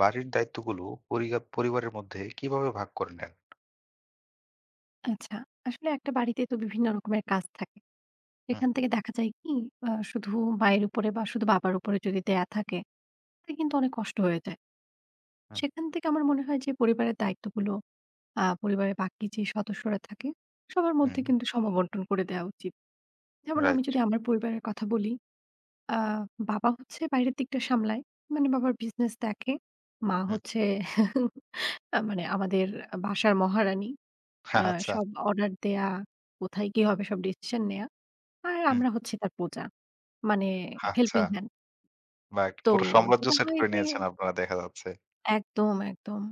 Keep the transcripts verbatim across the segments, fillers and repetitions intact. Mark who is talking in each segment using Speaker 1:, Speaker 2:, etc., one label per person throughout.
Speaker 1: বাড়ির দায়িত্বগুলো পরিগা পরিবারের মধ্যে কিভাবে ভাগ করে নেন?
Speaker 2: আচ্ছা। আসলে একটা বাড়িতে তো বিভিন্ন রকমের কাজ থাকে।
Speaker 1: হুম,
Speaker 2: সেখান থেকে দেখা যায় কি আ শুধু মায়ের উপরে বা শুধু বাবার উপরে যদি দেয়া থাকে, তা কিন্তু অনেক কষ্ট হয়ে যায়।
Speaker 1: হুম,
Speaker 2: সেখান থেকে আমার মনে হয় যে পরিবারের দায়িত্বগুলো আ পরিবারের বাকি যে সদস্যরা থাকে সবার
Speaker 1: হুম,
Speaker 2: মধ্যে কিন্তু সম-বন্টন করে দেয়া উচিত। যেমন আমি
Speaker 1: রাইট।
Speaker 2: যদি আমার পরিবারের কথা বলি, আ বাবা হচ্ছে বাইরের দিকটা সামলায়। মানে বাবার বিজনেস দেখে। মা
Speaker 1: হুম,
Speaker 2: হচ্ছে আ মানে আমাদের বাসার মহারানী। আ
Speaker 1: আচ্ছা,
Speaker 2: সব অর্ডার দেয়া, কোথায় কি হবে সব ডিসিশন নেয়া। আর
Speaker 1: হুম,
Speaker 2: আমরা হচ্ছি তার প্রজা। মানে
Speaker 1: আচ্ছা।
Speaker 2: Helping hand.
Speaker 1: বা একটা
Speaker 2: তো
Speaker 1: পুরো সাম্রাজ্য
Speaker 2: যেটা
Speaker 1: সেট
Speaker 2: হয়
Speaker 1: করে
Speaker 2: যে
Speaker 1: নিয়েছেন আপনারা দেখা যাচ্ছে।
Speaker 2: একদম, একদম।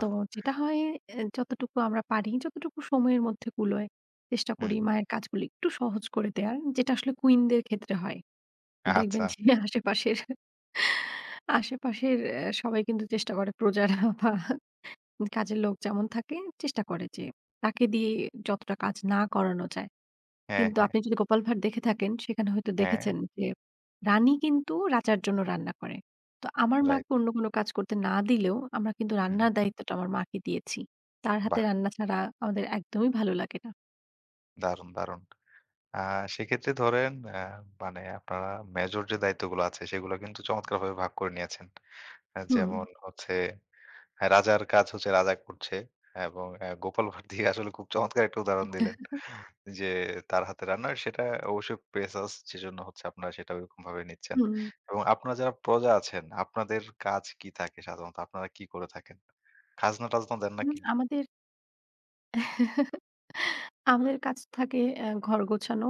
Speaker 2: তো যেটা হয় এ যতটুকু আমরা পারি, যতটুকু সময়ের মধ্যে কুলোয় চেষ্টা করি
Speaker 1: হুম,
Speaker 2: মায়ের কাজগুলো একটু সহজ করে দেয়ার। যেটা আসলে কুইনদের ক্ষেত্রে হয়। দেখবেন
Speaker 1: আচ্ছা।
Speaker 2: যে আশেপাশের, আশেপাশের অ্যা সবাই কিন্তু চেষ্টা করে প্রজারা বা কাজের লোক যেমন থাকে চেষ্টা করে যে তাকে দিয়ে যতটা কাজ না করানো যায়।
Speaker 1: হ্যাঁ,
Speaker 2: কিন্তু
Speaker 1: হ্যাঁ,
Speaker 2: আপনি যদি গোপাল ভাঁড় দেখে থাকেন, সেখানে হয়তো
Speaker 1: হ্যাঁ,
Speaker 2: দেখেছেন যে রানী কিন্তু রাজার জন্য রান্না করে। তো আমার
Speaker 1: রাইট।
Speaker 2: মাকে অন্য কোনো কাজ করতে না দিলেও আমরা কিন্তু
Speaker 1: হুম,
Speaker 2: রান্নার দায়িত্বটা আমার মাকে দিয়েছি। তার হাতে
Speaker 1: বাহ!
Speaker 2: রান্না ছাড়া আমাদের একদমই ভালো লাগে না।
Speaker 1: দারুণ, দারুণ। আ সেক্ষেত্রে ধরেন অ্যা মানে আপনারা মেজর যে দায়িত্বগুলো আছে সেগুলো কিন্তু চমৎকারভাবে ভাগ করে নিয়েছেন। আ
Speaker 2: হুম,
Speaker 1: যেমন হচ্ছে আহ, রাজার কাজ হচ্ছে রাজা করছে এবং অ্যা গোপাল ভাঁড় দিয়ে আসলে খুব চমৎকার একটা উদাহরণ দিলেন। যে তার হাতে রান্না সেটা অবশ্যই প্রেসাস সেজন্য হচ্ছে আপনারা সেটা ওইরকম ভাবে নিচ্ছেন।
Speaker 2: হুম,
Speaker 1: এবং আপনারা যারা প্রজা আছেন, আপনাদের কাজ কি থাকে সাধারণত? আপনারা কি করে থাকেন? খাজনা-টাজনা দেন
Speaker 2: হুম,
Speaker 1: নাকি?
Speaker 2: আমাদের আমাদের কাজ থাকে অ্যা ঘর গোছানো,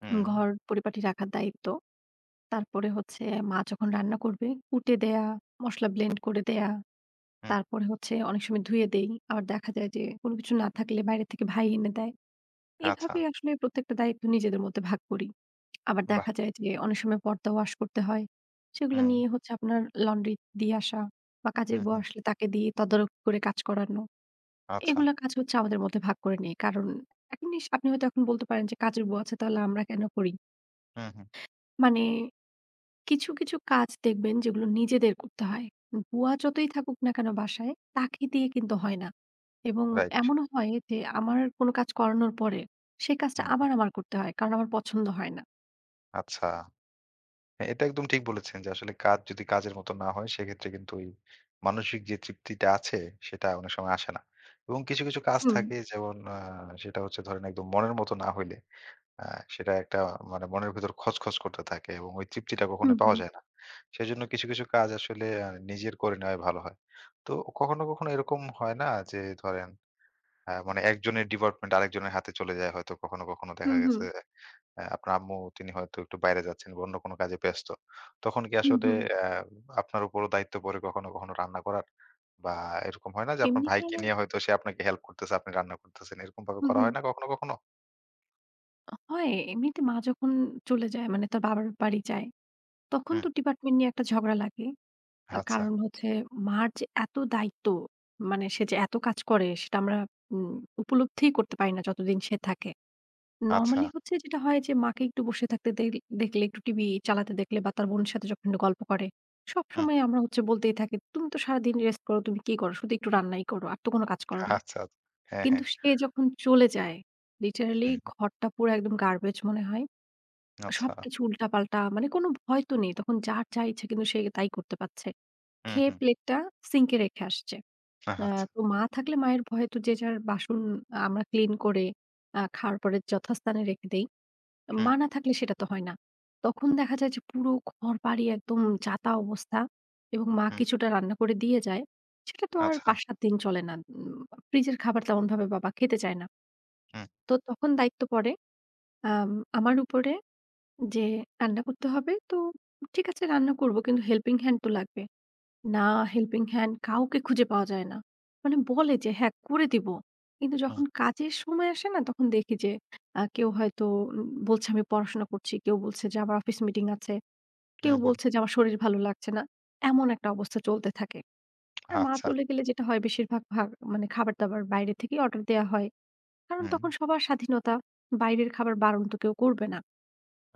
Speaker 1: হুম,
Speaker 2: ঘর পরিপাটি রাখার দায়িত্ব। তারপরে হচ্ছে মা যখন রান্না করবে, কুটে দেয়া, মসলা ব্লেন্ড করে দেয়া।
Speaker 1: হুম,
Speaker 2: তারপরে হচ্ছে অনেক সময় ধুয়ে দেই। আবার দেখা যায় যে কোনো কিছু না থাকলে বাইরে থেকে ভাই এনে দেয়।
Speaker 1: আচ্ছা,
Speaker 2: এভাবেই আসলে প্রত্যেকটা দায়িত্ব নিজেদের মধ্যে ভাগ করি। আবার
Speaker 1: বাহ!
Speaker 2: দেখা যায় যে অনেক সময় পর্দা ওয়াশ করতে হয়। সেগুলো
Speaker 1: হুম,
Speaker 2: নিয়ে হচ্ছে আপনার লন্ড্রি দিয়ে আসা বা কাজের
Speaker 1: হুম,
Speaker 2: বউ
Speaker 1: হুম,
Speaker 2: আসলে তাকে দিয়ে তদারক করে কাজ করানো।
Speaker 1: আচ্ছা,
Speaker 2: এগুলা কাজ হচ্ছে আমাদের মধ্যে ভাগ করে নেই। কারণ একটা জিনিস আপনি হয়তো এখন বলতে পারেন যে কাজের বউ আছে তাহলে আমরা কেন করি?
Speaker 1: হুম, হুম,
Speaker 2: মানে কিছু, কিছু কাজ দেখবেন যেগুলো নিজেদের করতে হয়। বুয়া যতই থাকুক না কেন বাসায়, তাকে দিয়ে কিন্তু হয় না। এবং
Speaker 1: রাইট,
Speaker 2: এমনও হয় যে আমার কোনো কাজ করানোর পরে সেই কাজটা
Speaker 1: হুম,
Speaker 2: আবার আমার করতে হয়। কারণ আমার পছন্দ হয় না।
Speaker 1: আচ্ছা। হ্যাঁ, এটা একদম ঠিক বলেছেন যে আসলে কাজ যদি কাজের মতো না হয় সেক্ষেত্রে কিন্তু ওই মানসিক যে তৃপ্তিটা আছে সেটা অনেক সময় আসে না। এবং কিছু, কিছু কাজ
Speaker 2: হুম,
Speaker 1: থাকে যেমন আ সেটা হচ্ছে ধরেন একদম মনের মতো না হইলে আ সেটা একটা মানে মনের ভেতর খচখচ করতে থাকে এবং ওই তৃপ্তিটা
Speaker 2: হুম,
Speaker 1: কখনোই পাওয়া
Speaker 2: হুম,
Speaker 1: যায় না। সেজন্য কিছু, কিছু কাজ আসলে আ নিজের করে নেওয়াই ভালো হয়। তো কখনো, কখনো এরকম হয় না যে ধরেন আ মানে একজনের ডিপার্টমেন্ট আরেকজনের হাতে চলে যায় হয়তো কখনো, কখনো দেখা
Speaker 2: হুম, হুম,
Speaker 1: গেছে আ আপনার আম্মু তিনি হয়তো একটু বাইরে যাচ্ছেন বা অন্য কোনো কাজে ব্যস্ত। তখন কি
Speaker 2: হুম,
Speaker 1: আসলে
Speaker 2: হুম।
Speaker 1: আ আপনার উপরও দায়িত্ব পড়ে কখনো, কখনো রান্না করার? বা এরকম হয় না যে আপনার
Speaker 2: এমনিতে
Speaker 1: ভাইকে নিয়ে হয়তো সে আপনাকে হেল্প করতেছে, আপনি রান্না করতেছেন। এরকম ভাবে
Speaker 2: হুম,
Speaker 1: করা
Speaker 2: হুম।
Speaker 1: হয় না কখনো, কখনো?
Speaker 2: হয়। এমনিতে মা যখন চলে যায় মানে তার বাবার বাড়ি যায়, তখন
Speaker 1: হুম,
Speaker 2: তো ডিপার্টমেন্ট নিয়ে একটা ঝগড়া লাগে। আ
Speaker 1: আচ্ছা,
Speaker 2: কারণ হচ্ছে মার যে এত দায়িত্ব, মানে সে যে এত কাজ করে সেটা আমরা উম উপলব্ধিই করতে পারি না যতদিন সে থাকে।
Speaker 1: আচ্ছা।
Speaker 2: নরমালি হচ্ছে যেটা হয় যে মাকে একটু বসে থাকতে দেখ দেখলে, একটু টিভি চালাতে দেখলে বা তার বোনের সাথে যখন একটু গল্প করে,
Speaker 1: হুম।
Speaker 2: সবসময় আমরা হচ্ছে বলতেই থাকি, "তুমি তো সারাদিন রেস্ট করো, তুমি কি করো? শুধু একটু রান্নাই করো, আর তো কোনো কাজ করো
Speaker 1: আচ্ছা,
Speaker 2: না।"
Speaker 1: আচ্ছা। হ্যাঁ,
Speaker 2: কিন্তু
Speaker 1: হ্যাঁ।
Speaker 2: সে যখন চলে যায়, লিটারালি
Speaker 1: হুম,
Speaker 2: ঘরটা পুরো একদম গার্বেজ মনে হয়।
Speaker 1: আচ্ছা।
Speaker 2: সবকিছু উল্টাপাল্টা, মানে কোনো ভয় তো নেই। তখন যার যা ইচ্ছা কিন্তু সে তাই করতে পারছে।
Speaker 1: হুম,
Speaker 2: খেয়ে
Speaker 1: হুম।
Speaker 2: প্লেটটা সিঙ্কে রেখে আসছে। আ
Speaker 1: আচ্ছা।
Speaker 2: তো মা থাকলে মায়ের ভয়ে তো যে যার বাসন আমরা ক্লিন করে আ খাওয়ার পরে যথাস্থানে রেখে দেই।
Speaker 1: হুম,
Speaker 2: মা না থাকলে সেটা তো হয় না। তখন দেখা যায় যে পুরো ঘরবাড়ি একদম যাতা অবস্থা এবং মা
Speaker 1: হুম।
Speaker 2: কিছুটা রান্না করে দিয়ে যায়। সেটা তো আর
Speaker 1: আচ্ছা।
Speaker 2: পাঁচ সাত দিন চলে না। উম ফ্রিজের খাবার তেমনভাবে বাবা খেতে চায় না।
Speaker 1: হুম,
Speaker 2: তো তখন দায়িত্ব পড়ে আম আমার উপরে যে রান্না করতে হবে। তো ঠিক আছে রান্না করব কিন্তু হেল্পিং হ্যান্ড তো লাগবে। না হেল্পিং হ্যান্ড কাউকে খুঁজে পাওয়া যায় না। মানে বলে যে হ্যাঁ, করে দিব। কিন্তু
Speaker 1: হুম,
Speaker 2: যখন কাজের সময় আসে না তখন দেখি যে আ কেউ হয়তো উম বলছে আমি পড়াশোনা করছি, কেউ বলছে যে আমার অফিস মিটিং আছে, কেউ
Speaker 1: হুম, হুম।
Speaker 2: বলছে যে আমার শরীর ভালো লাগছে না। এমন একটা অবস্থা চলতে থাকে। আর মা
Speaker 1: আচ্ছা।
Speaker 2: চলে গেলে যেটা হয় বেশিরভাগ ভাগ মানে খাবার-দাবার বাইরে থেকেই অর্ডার দেয়া হয়। কারণ
Speaker 1: হুম,
Speaker 2: তখন সবার স্বাধীনতা। বাইরের খাবার বারণ তো কেউ করবে না।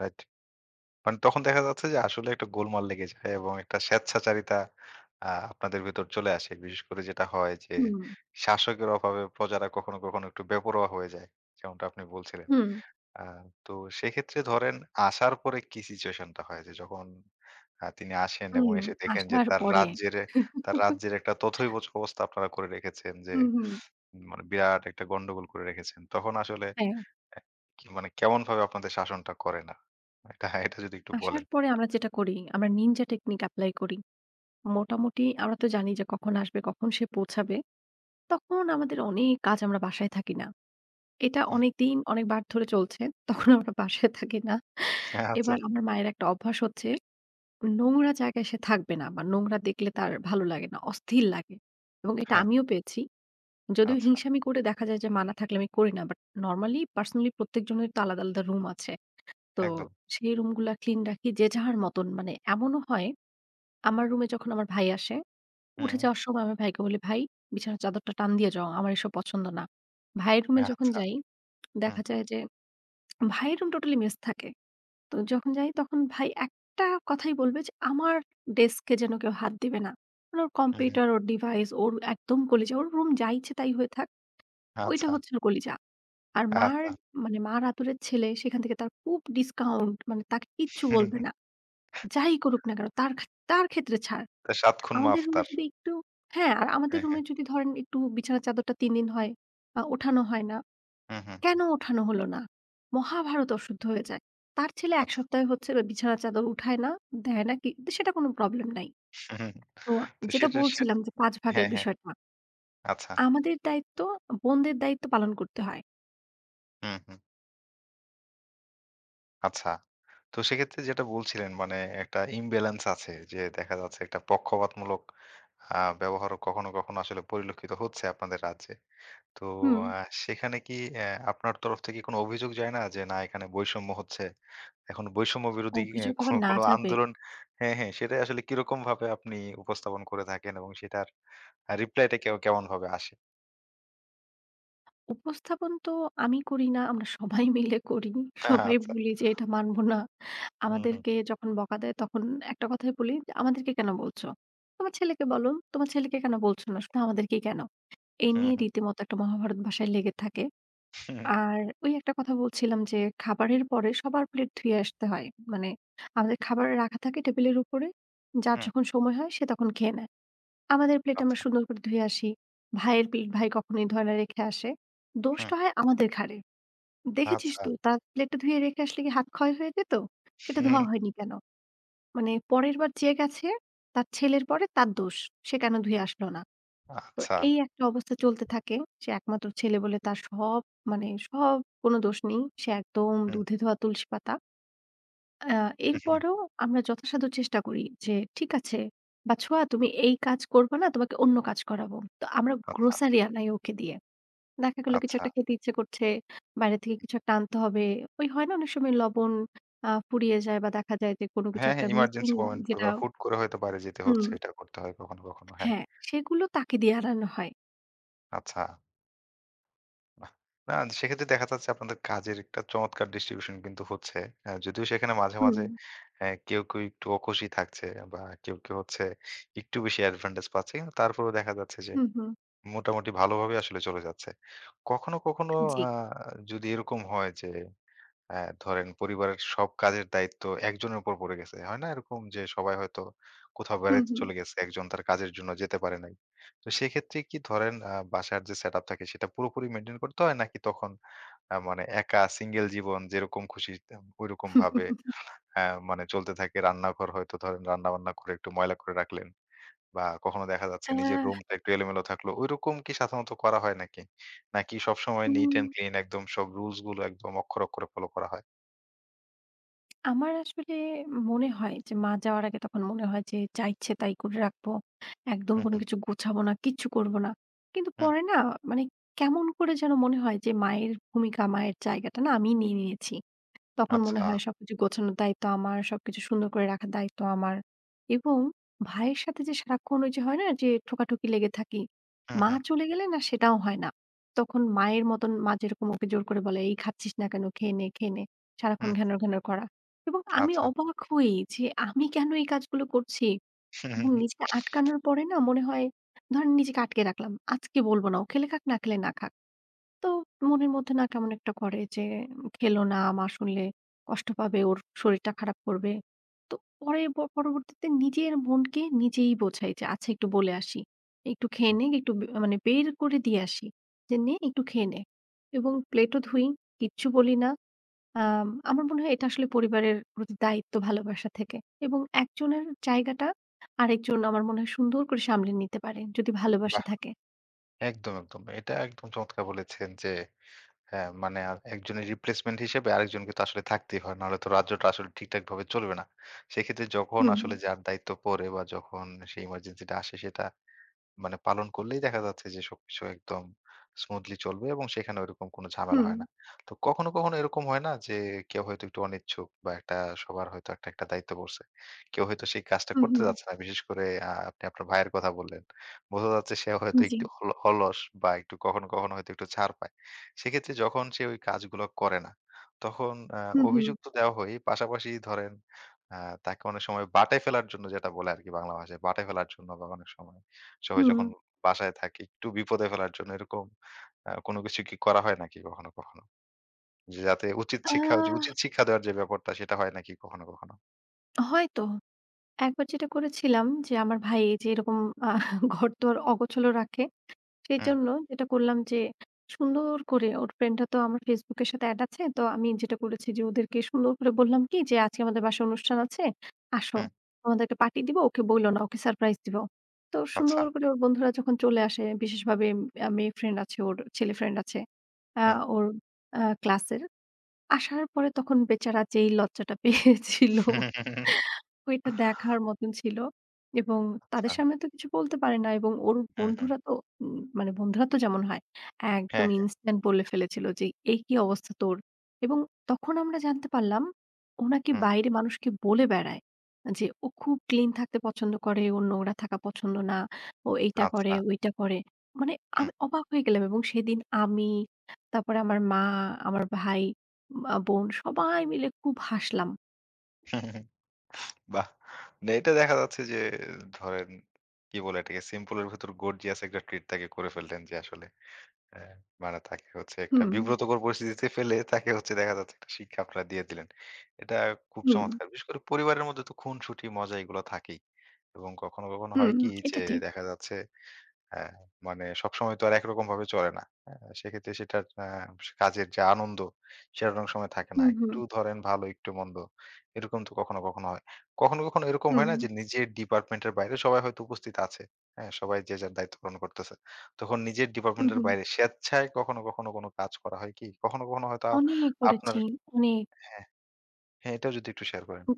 Speaker 1: রাইট। মানে তখন দেখা যাচ্ছে যে আসলে একটা গোলমাল লেগে যায় এবং একটা স্বেচ্ছাচারিতা আ আপনাদের ভেতর চলে আসে। বিশেষ করে যেটা হয় যে
Speaker 2: হুম,
Speaker 1: শাসকের অভাবে প্রজারা কখনো, কখনো একটু বেপরোয়া হয়ে যায়। যেমনটা আপনি বলছিলেন।
Speaker 2: হুম,
Speaker 1: আ তো সেক্ষেত্রে ধরেন আসার পরে কি সিচুয়েশন টা হয়? যে যখন আ তিনি আসেন এবং
Speaker 2: হুম।
Speaker 1: এসে দেখেন যে
Speaker 2: আসার
Speaker 1: তার
Speaker 2: পরে
Speaker 1: রাজ্যের তার রাজ্যের একটা তথৈবচ অবস্থা আপনারা করে রেখেছেন যে
Speaker 2: হুম, হুম।
Speaker 1: উম, মানে বিরাট একটা গন্ডগোল করে রেখেছেন। তখন আসলে
Speaker 2: হ্যাঁ।
Speaker 1: এ কি মানে কেমনভাবে আপনাদের শাসনটা করেন আ এটা এটা যদি একটু
Speaker 2: আসার
Speaker 1: বলেন।
Speaker 2: পরে আমরা যেটা করি, আমরা নিনজা টেকনিক এপ্লাই করি। মোটামুটি আমরা তো জানি যে কখন আসবে, কখন সে পৌঁছাবে। তখন আমাদের অনেক কাজ আমরা বাসায় থাকি না। এটা
Speaker 1: হুম।
Speaker 2: অনেকদিন অনেকবার ধরে চলছে। তখন আমরা বাসায় থাকি না।
Speaker 1: হ্যাঁ, আচ্ছা।
Speaker 2: এবার আমার মায়ের একটা অভ্যাস হচ্ছে নোংরা জায়গায় সে থাকবে না বা নোংরা দেখলে তার ভালো লাগে না, অস্থির লাগে। এবং এটা
Speaker 1: হ্যাঁ,
Speaker 2: আমিও পেয়েছি। যদিও
Speaker 1: আচ্ছা।
Speaker 2: হিংসামি করে দেখা যায় যে মানা থাকলে আমি করি না। বাট নরমালি পার্সোনালি প্রত্যেকজনের তো আলাদা, আলাদা রুম আছে। তো
Speaker 1: একদম।
Speaker 2: সেই রুমগুলা ক্লিন রাখি যে যার মতন। মানে এমনও হয় আমার রুমে যখন আমার ভাই আসে, উঠে
Speaker 1: হুম।
Speaker 2: যাওয়ার সময় আমার ভাইকে বলি, "ভাই, বিছানার চাদরটা টান দিয়ে যাও। আমার এসব পছন্দ না।" ভাইয়ের রুমে যখন
Speaker 1: আচ্ছা।
Speaker 2: যাই,
Speaker 1: হুম,
Speaker 2: দেখা যায় যে ভাইয়ের রুম টোটালি মেস থাকে। তো যখন যাই তখন ভাই একটা কথাই বলবে যে, "আমার ডেস্কে যেন কেউ হাত দিবে না।" মানে ওর
Speaker 1: হুম, হুম।
Speaker 2: কম্পিউটার, ওর ডিভাইস, ওর একদম কলিজা। ওর রুম যা ইচ্ছে তাই হয়ে থাক। ওইটা
Speaker 1: আচ্ছা,
Speaker 2: হচ্ছে ওর কলিজা। আর মার
Speaker 1: আচ্ছা।
Speaker 2: মানে মার আদরের ছেলে, সেখান থেকে তার খুব ডিসকাউন্ট মানে তাকে কিচ্ছু বলবে না। যাই করুক না কেন তার খা তার ক্ষেত্রে ছাড়।
Speaker 1: তো সাত খুন
Speaker 2: আমাদের
Speaker 1: মাফ
Speaker 2: রুমে
Speaker 1: তার।
Speaker 2: যদি একটু হ্যাঁ, আর আমাদের
Speaker 1: হ্যাঁ,
Speaker 2: রুমে
Speaker 1: হ্যাঁ।
Speaker 2: যদি ধরেন একটু বিছানার চাদরটা তিন দিন হয়, আ ওঠানো হয় না।
Speaker 1: হুম, হুম।
Speaker 2: কেন ওঠানো হলো না? মহাভারত অশুদ্ধ হয়ে যায়। তার ছেলে এক
Speaker 1: আচ্ছা।
Speaker 2: সপ্তাহে হচ্ছে বা বিছানার চাদর উঠায় না, দেয় না কি সেটা কোনো প্রবলেম নাই।
Speaker 1: হুম, হুম,
Speaker 2: তো
Speaker 1: তো
Speaker 2: যেটা
Speaker 1: সেটা সে
Speaker 2: বলছিলাম যে পাঁচ ভাগের
Speaker 1: হ্যাঁ, হ্যাঁ।
Speaker 2: বিষয়টা।
Speaker 1: আচ্ছা।
Speaker 2: আমাদের দায়িত্ব, বোনদের দায়িত্ব পালন করতে হয়।
Speaker 1: হুম, হুম। আচ্ছা। তো সেক্ষেত্রে যেটা বলছিলেন মানে একটা ইমব্যালেন্স আছে যে দেখা যাচ্ছে একটা পক্ষপাতমূলক আ ব্যবহারও কখনো, কখনো আসলে পরিলক্ষিত হচ্ছে আপনাদের রাজ্যে। তো
Speaker 2: হুম,
Speaker 1: আ সেখানে কি অ্যা আপনার তরফ থেকে কোনো অভিযোগ যায় না যে না এখানে বৈষম্য হচ্ছে? এখন বৈষম্য বিরোধী এ
Speaker 2: অভিযোগ আবার
Speaker 1: কোনো,
Speaker 2: না
Speaker 1: কোনো
Speaker 2: যাবে।
Speaker 1: আন্দোলন হ্যাঁ, হ্যাঁ সেটাই আসলে কিরকমভাবে আপনি উপস্থাপন করে থাকেন এবং সেটার আ রিপ্লাইটা কেও কেমনভাবে আসে?
Speaker 2: উপস্থাপন তো আমি করি না। আমরা সবাই মিলে করি। সবাই
Speaker 1: আচ্ছা।
Speaker 2: বলি যে, "এটা মানব না।"
Speaker 1: হুম, হুম।
Speaker 2: আমাদেরকে যখন বকা দেয় তখন একটা কথাই বলি যে, "আমাদেরকে কেন বলছো? তোমার ছেলেকে বলো। তোমার ছেলেকে কেন বলছো না? শুধু আমাদেরকেই কেন?" এই
Speaker 1: হুম,
Speaker 2: নিয়ে
Speaker 1: হুম।
Speaker 2: রীতিমতো একটা মহাভারত বাসায় লেগে থাকে।
Speaker 1: হুম,
Speaker 2: আর ওই একটা কথা বলছিলাম যে, খাবারের পরে সবার প্লেট ধুয়ে আসতে হয়। মানে আমাদের খাবার রাখা থাকে টেবিলের উপরে। যার
Speaker 1: হুম।
Speaker 2: যখন সময় হয় সে তখন খেয়ে নেয়। আমাদের প্লেট আমরা
Speaker 1: আচ্ছা।
Speaker 2: সুন্দর করে ধুয়ে আসি। ভাইয়ের প্লেট ভাই কখনোই ধয় না, রেখে আসে।
Speaker 1: হুম,
Speaker 2: দোষটা হয় আমাদের ঘাড়ে। দেখেছিস
Speaker 1: আচ্ছা।
Speaker 2: তো তার প্লেটটা ধুয়ে রেখে আসলে কি হাত ক্ষয় হয়ে যেত? সেটা ধোয়া হয়নি কেন? মানে পরের বার যে গেছে তার ছেলের পরে তার দোষ। সে কেন ধুয়ে আসলো না? তো
Speaker 1: আচ্ছা।
Speaker 2: এই একটা অবস্থা চলতে থাকে। সে একমাত্র ছেলে বলে তার সব মানে সব কোনো দোষ নেই। সে একদম
Speaker 1: হুম,
Speaker 2: দুধে ধোয়া তুলসী পাতা। আ
Speaker 1: হুম, হুম।
Speaker 2: এরপরেও আমরা যথাসাধ্য চেষ্টা করি যে, "ঠিক আছে, বাছুয়া তুমি এই কাজ করবা না, তোমাকে অন্য কাজ করাবো।" তো আমরা
Speaker 1: আচ্ছা,
Speaker 2: গ্রোসারি আনাই ওকে দিয়ে। দেখা গেল কিছু
Speaker 1: আচ্ছা।
Speaker 2: একটা খেতে ইচ্ছে করছে, বাইরে থেকে কিছু একটা আনতে হবে। ওই হয় না অনেক সময় লবণ আ ফুরিয়ে যায় বা দেখা যায় যে কোনো কিছু
Speaker 1: হ্যাঁ,
Speaker 2: একটা
Speaker 1: হ্যাঁ,
Speaker 2: মিসিং
Speaker 1: ইমার্জেন্সি মোমেন্ট
Speaker 2: যেটা
Speaker 1: বা হুট করে হয়তো বাইরে যেতে
Speaker 2: হুম,
Speaker 1: হচ্ছে। এটা করতে হয় কখনো, কখনো। হ্যাঁ,
Speaker 2: হ্যাঁ, সেগুলো তাকে দিয়ে আনানো হয়।
Speaker 1: আচ্ছা। বাহ! না সেক্ষেত্রে দেখা যাচ্ছে আপনাদের কাজের একটা চমৎকার ডিস্ট্রিবিউশন কিন্তু হচ্ছে। আ যদিও সেখানে মাঝে,
Speaker 2: হুম,
Speaker 1: মাঝে অ্যা কেউ, কেউ একটু অখুশি থাকছে বা কেউ, কেউ হচ্ছে একটু বেশি অ্যাডভান্টেজ পাচ্ছে। কিন্তু তারপরেও দেখা যাচ্ছে যে
Speaker 2: হুম, হুম।
Speaker 1: মোটামুটি ভালোভাবে আসলে চলে যাচ্ছে। কখনো, কখনো
Speaker 2: জি,
Speaker 1: আ যদি এরকম হয় যে হ্যাঁ, ধরেন পরিবারের সব কাজের দায়িত্ব একজনের উপর পড়ে গেছে। হয় না এরকম যে সবাই হয়তো কোথাও
Speaker 2: হুম,
Speaker 1: বেড়াইতে
Speaker 2: হুম।
Speaker 1: চলে গেছে, একজন তার কাজের জন্য যেতে পারে নাই। তো সেক্ষেত্রে কি ধরেন আ বাসার যে সেটআপ থাকে সেটা পুরোপুরি মেইনটেইন করতে হয়? নাকি তখন আ মানে একা সিঙ্গেল জীবন যেরকম খুশি তেম ঐরকম ভাবে আ মানে চলতে থাকে? রান্নাঘর হয়তো ধরেন রান্না-বান্না করে একটু ময়লা করে রাখলেন বা কখনো দেখা যাচ্ছে নিজের
Speaker 2: অ্যা
Speaker 1: রুমটা একটু এলোমেলো থাকলো। ঐরকম কি সাধারণত করা হয় নাকি? নাকি সবসময় নিট
Speaker 2: উম
Speaker 1: অ্যান্ড ক্লিন একদম সব রুলস গুলো একদম অক্ষরে, অক্ষরে ফলো করা হয়?
Speaker 2: আমার আসলে মনে হয় যে মা যাওয়ার আগে তখন মনে হয় যে যা ইচ্ছে তাই করে রাখবো। একদম
Speaker 1: হু,
Speaker 2: কোনো
Speaker 1: হু।
Speaker 2: কিছু গোছাবো না, কিচ্ছু করব না। কিন্তু
Speaker 1: হুম,
Speaker 2: পরে না মানে কেমন করে যেন মনে হয় যে মায়ের ভূমিকা, মায়ের জায়গাটা না আমিই নিয়ে নিয়েছি। তখন মনে
Speaker 1: আচ্ছা।
Speaker 2: হয় সবকিছু গোছানোর দায়িত্ব আমার, সবকিছু সুন্দর করে রাখার দায়িত্ব আমার। এবং ভাইয়ের সাথে যে সারাক্ষণ ওই যে হয় না যে ঠোকাঠুকি লেগে থাকি,
Speaker 1: হুম,
Speaker 2: মা
Speaker 1: হুম,
Speaker 2: চলে গেলে না সেটাও হয় না। তখন মায়ের মতন মা যেরকম ওকে জোর করে বলে, "এই খাচ্ছিস না কেন? খেয়ে নে, খেয়ে নে।" সারাক্ষণ
Speaker 1: হুম,
Speaker 2: ঘ্যানর, ঘ্যানর করা। এবং আমি
Speaker 1: আচ্ছা।
Speaker 2: অবাক হই যে আমি কেন এই কাজগুলো করছি?
Speaker 1: হুম, হুম,
Speaker 2: এবং
Speaker 1: হুম,
Speaker 2: নিজেকে আটকানোর পরে না মনে হয় ধরেন নিজেকে আটকে রাখলাম। আজকে বলব না। ও খেলে খাক, না খেলে না খাক। তো মনের মধ্যে না কেমন একটা করে যে খেলো না, মা শুনলে কষ্ট পাবে, ওর শরীরটা খারাপ করবে। তো পরে প পরবর্তীতে নিজের বোনকে নিজেই বোঝাই যে, "আচ্ছা একটু বলে আসি। একটু খেয়ে
Speaker 1: হুম।
Speaker 2: নে, একটু বে মানে বের করে দিয়ে আসি। যে নে একটু খেয়ে নে।" এবং প্লেটও ধুই, কিচ্ছু বলি না। আম আমার মনে হয় এটা আসলে পরিবারের প্রতি দায়িত্ব ভালোবাসা থেকে এবং একজনের জায়গাটা আরেকজন আমার মনে হয় সুন্দর করে সামলে নিতে পারে যদি ভালোবাসা
Speaker 1: বাহ!
Speaker 2: থাকে।
Speaker 1: একদম, একদম। এটা একদম চমৎকার বলেছেন যে, হ্যাঁ, মানে আ একজনের রিপ্লেসমেন্ট হিসেবে আরেকজনকে তো আসলে থাকতেই হয়। নাহলে তো রাজ্যটা আসলে ঠিকঠাকভাবে চলবে না। সেক্ষেত্রে যখন
Speaker 2: হুম,
Speaker 1: আসলে যার দায়িত্ব পড়ে বা যখন সেই ইমার্জেন্সিটা আসে সেটা মানে পালন করলেই দেখা যাচ্ছে যে সবকিছু একদম স্মুথলি চলবে এবং সেখানে ওইরকম কোনো ঝামেলা
Speaker 2: হুম,
Speaker 1: হয় না। তো কখনো, কখনো এরকম হয় না যে কেউ হয়তো একটু অনিচ্ছুক বা একটা সবার হয়তো একটা, একটা দায়িত্ব পড়ছে। কেউ হয়তো সেই কাজটা
Speaker 2: হুম,
Speaker 1: করতে
Speaker 2: হুম,
Speaker 1: যাচ্ছে না। বিশেষ করে আ আপনি আপনার ভাইয়ের কথা বললেন। বোঝা যাচ্ছে সে হয়তো
Speaker 2: জি।
Speaker 1: একটু অল অলস বা একটু কখনো, কখনো হয়তো একটু ছাড় পায়। সেক্ষেত্রে যখন সে ওই কাজগুলো করে না, তখন আ
Speaker 2: হুম, হুম,
Speaker 1: অভিযোগ তো দেওয়া হয়ই। পাশাপাশি ধরেন আ তাকে অনেক সময় বাঁটায় ফেলার জন্য যেটা বলে আরকি বাংলা ভাষায়, বাঁটায় ফেলার জন্য বা অনেক সময় সবাই
Speaker 2: হুম।
Speaker 1: যখন বাসায় থাকে একটু বিপদে ফেলার জন্য এরকম আ কোনো কিছু কি করা হয় নাকি কখনো, কখনো? যে যাতে উচিত
Speaker 2: আ
Speaker 1: শিক্ষা যে উচিত শিক্ষা দেওয়ার যে ব্যাপারটা সেটা হয় নাকি কখনো, কখনো?
Speaker 2: হয়তো। একবার যেটা করেছিলাম যে আমার ভাই এই যে এরকম আ ঘরদোর অগোছালো রাখে।
Speaker 1: হুম,
Speaker 2: সেজন্য যেটা করলাম যে সুন্দর করে ওর ফ্রেন্ডরা তো আমার Facebook এর সাথে এড আছে। তো আমি যেটা করেছি যে ওদেরকে সুন্দর করে বললাম কি যে, "আজকে আমাদের বাসায় অনুষ্ঠান আছে। আসো।
Speaker 1: হুম।
Speaker 2: তোমাদেরকে পার্টি দিব। ওকে বইলো না। ওকে সারপ্রাইজ দিব।" তো
Speaker 1: আচ্ছা।
Speaker 2: সুন্দর করে ওর বন্ধুরা যখন চলে আসে, বিশেষভাবে আ মেয়ে ফ্রেন্ড আছে ওর, ছেলে ফ্রেন্ড আছে। আ
Speaker 1: হুম।
Speaker 2: ওর আ ক্লাসের। আসার পরে তখন বেচারা যেই লজ্জাটা পেয়েছিল ওইটা দেখার মতন ছিল। এবং
Speaker 1: আচ্ছা।
Speaker 2: তাদের সামনে তো কিছু বলতে পারে না এবং ওর
Speaker 1: হুম, হুম।
Speaker 2: বন্ধুরা তো উম মানে বন্ধুরা তো যেমন হয় একদম
Speaker 1: হ্যাঁ, হ্যাঁ।
Speaker 2: ইনস্ট্যান্ট বলে ফেলেছিল যে, "এই কি অবস্থা তোর?" এবং তখন আমরা জানতে পারলাম ও নাকি
Speaker 1: হুম।
Speaker 2: বাইরে মানুষকে বলে বেড়ায় যে, ও খুব ক্লিন থাকতে পছন্দ করে, ওর নোংরা থাকা পছন্দ না, ও এইটা করে,
Speaker 1: আচ্ছা।
Speaker 2: ওইটা করে। মানে
Speaker 1: হুম।
Speaker 2: আমি অবাক হয়ে গেলাম এবং সেদিন আমি, তারপরে আমার মা, আমার ভাই মা, বোন সবাই মিলে খুব হাসলাম।
Speaker 1: হুম, হুম, বাহ! না এটা দেখা যাচ্ছে যে ধরেন কি বলে এটাকে সিম্পল এর ভেতর গর্জিয়াস একটা ট্রিট তাকে করে ফেললেন যে আসলে হ্যাঁ, মানে তাকে হচ্ছে একটা
Speaker 2: হুম,
Speaker 1: বিব্রতকর পরিস্থিতিতে ফেলে তাকে হচ্ছে দেখা যাচ্ছে একটা শিক্ষা আপনারা দিয়ে দিলেন। এটা খুব
Speaker 2: হুম,
Speaker 1: চমৎকার। বিশেষ করে পরিবারের মধ্যে তো খুনসুটি মজা এগুলো থাকেই। এবং কখনো, কখনো
Speaker 2: হুম,
Speaker 1: হয় কি যে
Speaker 2: এটা ঠিক।
Speaker 1: দেখা যাচ্ছে হ্যাঁ, মানে সবসময় তো আর একরকম ভাবে চলে না। হ্যাঁ? সেক্ষেত্রে সেটার আ কাজের যে আনন্দ সেটা অনেক সময় থাকে না।
Speaker 2: হুম, হুম,
Speaker 1: একটু ধরেন ভালো, একটু মন্দ। এরকম তো কখনো, কখনো হয়। কখনো, কখনো এরকম হয়
Speaker 2: হুম,
Speaker 1: না যে নিজের ডিপার্টমেন্টের বাইরে সবাই হয়তো উপস্থিত আছে। হ্যাঁ? সবাই যে যার দায়িত্ব পালন করতেছে। তখন নিজের
Speaker 2: হুম,
Speaker 1: ডিপার্টমেন্টের
Speaker 2: হুম।
Speaker 1: বাইরে স্বেচ্ছায় কখনো, কখনো কোনো কাজ করা হয় কি? কখনো, কখনো হয়তো
Speaker 2: অনেক
Speaker 1: আপনার
Speaker 2: করেছি, অনেক।
Speaker 1: হ্যাঁ, হ্যাঁ, এটাও যদি একটু শেয়ার করেন।
Speaker 2: হু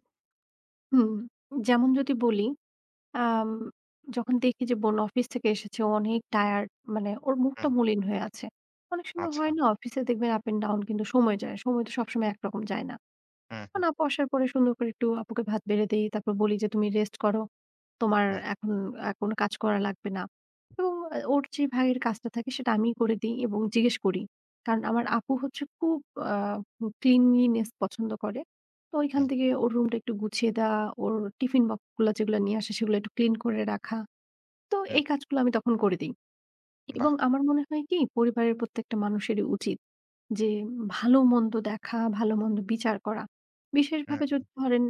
Speaker 2: হুম, যেমন যদি বলি, আম যখন দেখি যে বোন অফিস থেকে এসেছে ও অনেক টায়ার্ড মানে ওর
Speaker 1: হুম,
Speaker 2: মুখটা মলিন হয়ে আছে। অনেক সময়
Speaker 1: আচ্ছা।
Speaker 2: হয় না অফিসে দেখবেন আপ অ্যান্ড ডাউন কিন্তু সময় যায়। সময় তো সবসময় একরকম যায় না।
Speaker 1: হুম,
Speaker 2: তখন
Speaker 1: হুম,
Speaker 2: আপু আসার পরে সুন্দর করে একটু আপুকে ভাত বেড়ে দেই। তারপর বলি যে, "তুমি রেস্ট করো।" তোমার
Speaker 1: হুম,
Speaker 2: এখন আ কোনো কাজ করা লাগবে না। এবং আ ওর যে ভাগের কাজটা থাকে সেটা আমিই করে দেই এবং জিজ্ঞেস করি। কারণ আমার আপু হচ্ছে খুব আ cleanliness পছন্দ করে। তো ওইখান
Speaker 1: হুম,
Speaker 2: থেকে ওর রুমটা একটু গুছিয়ে দেওয়া, ওর টিফিন বক্সগুলা যেগুলা নিয়ে আসে সেগুলো একটু ক্লিন করে রাখা। তো
Speaker 1: হুম।
Speaker 2: এই কাজগুলো আমি তখন করে দেই।
Speaker 1: বাহ!
Speaker 2: এবং আমার মনে হয় কি পরিবারের প্রত্যেকটা মানুষেরই উচিত যে ভালো-মন্দ দেখা, ভালো-মন্দ বিচার করা। বিশেষভাবে
Speaker 1: হুম,
Speaker 2: যদি ধরেন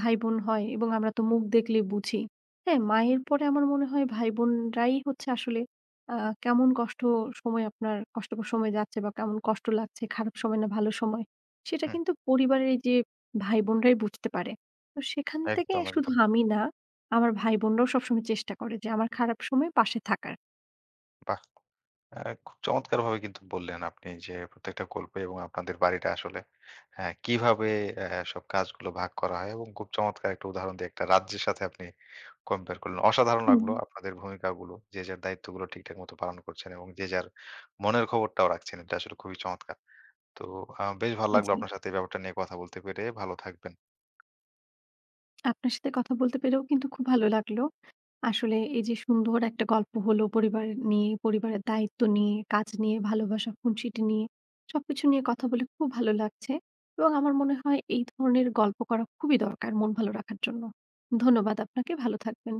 Speaker 2: ভাই-বোন হয় এবং আমরা তো মুখ দেখলেই বুঝি। হ্যাঁ, মায়ের পরে আমার মনে হয় ভাই-বোনরাই হচ্ছে আসলে আ কেমন কষ্ট সময় আপনার কষ্টকর সময় যাচ্ছে বা কেমন কষ্ট লাগছে, খারাপ সময় না ভালো সময়, সেটা
Speaker 1: হুম।
Speaker 2: কিন্তু পরিবারের এই যে ভাই-বোনরাই বুঝতে পারে। তো সেখান থেকে
Speaker 1: একদম,
Speaker 2: শুধু
Speaker 1: একদম।
Speaker 2: আমি না, আমার ভাই-বোনরাও সবসময় চেষ্টা করে যে আমার খারাপ সময়ে পাশে থাকার।
Speaker 1: বাহ! অ্যা খুব চমৎকারভাবে কিন্তু বললেন আপনি যে প্রত্যেকটা গল্পে এবং আপনাদের বাড়িটা আসলে অ্যা কিভাবে অ্যা সব কাজগুলো ভাগ করা হয় এবং খুব চমৎকার একটা উদাহরণ দিয়ে একটা রাজ্যের সাথে আপনি কম্পেয়ার করলেন। অসাধারণ
Speaker 2: হুম।
Speaker 1: লাগলো আপনাদের ভূমিকাগুলো। যে যার দায়িত্বগুলো ঠিকঠাক মতো পালন করছেন এবং যে যার মনের খবরটাও রাখছেন। এটা আসলে খুবই চমৎকার। তো আ বেশ ভালো লাগলো
Speaker 2: জি,
Speaker 1: আপনার সাথে এই ব্যাপারটা নিয়ে কথা বলতে পেরে। ভালো থাকবেন।
Speaker 2: আপনার সাথে কথা বলতে পেরেও কিন্তু খুব ভালো লাগলো। আসলে এই যে সুন্দর একটা গল্প হলো পরিবার নিয়ে, পরিবারের দায়িত্ব নিয়ে, কাজ নিয়ে, ভালোবাসা, খুনসুটি নিয়ে সবকিছু নিয়ে কথা বলে খুব ভালো লাগছে এবং আমার মনে হয় এই ধরনের গল্প করা খুবই দরকার মন ভালো রাখার জন্য। ধন্যবাদ আপনাকে, ভালো থাকবেন।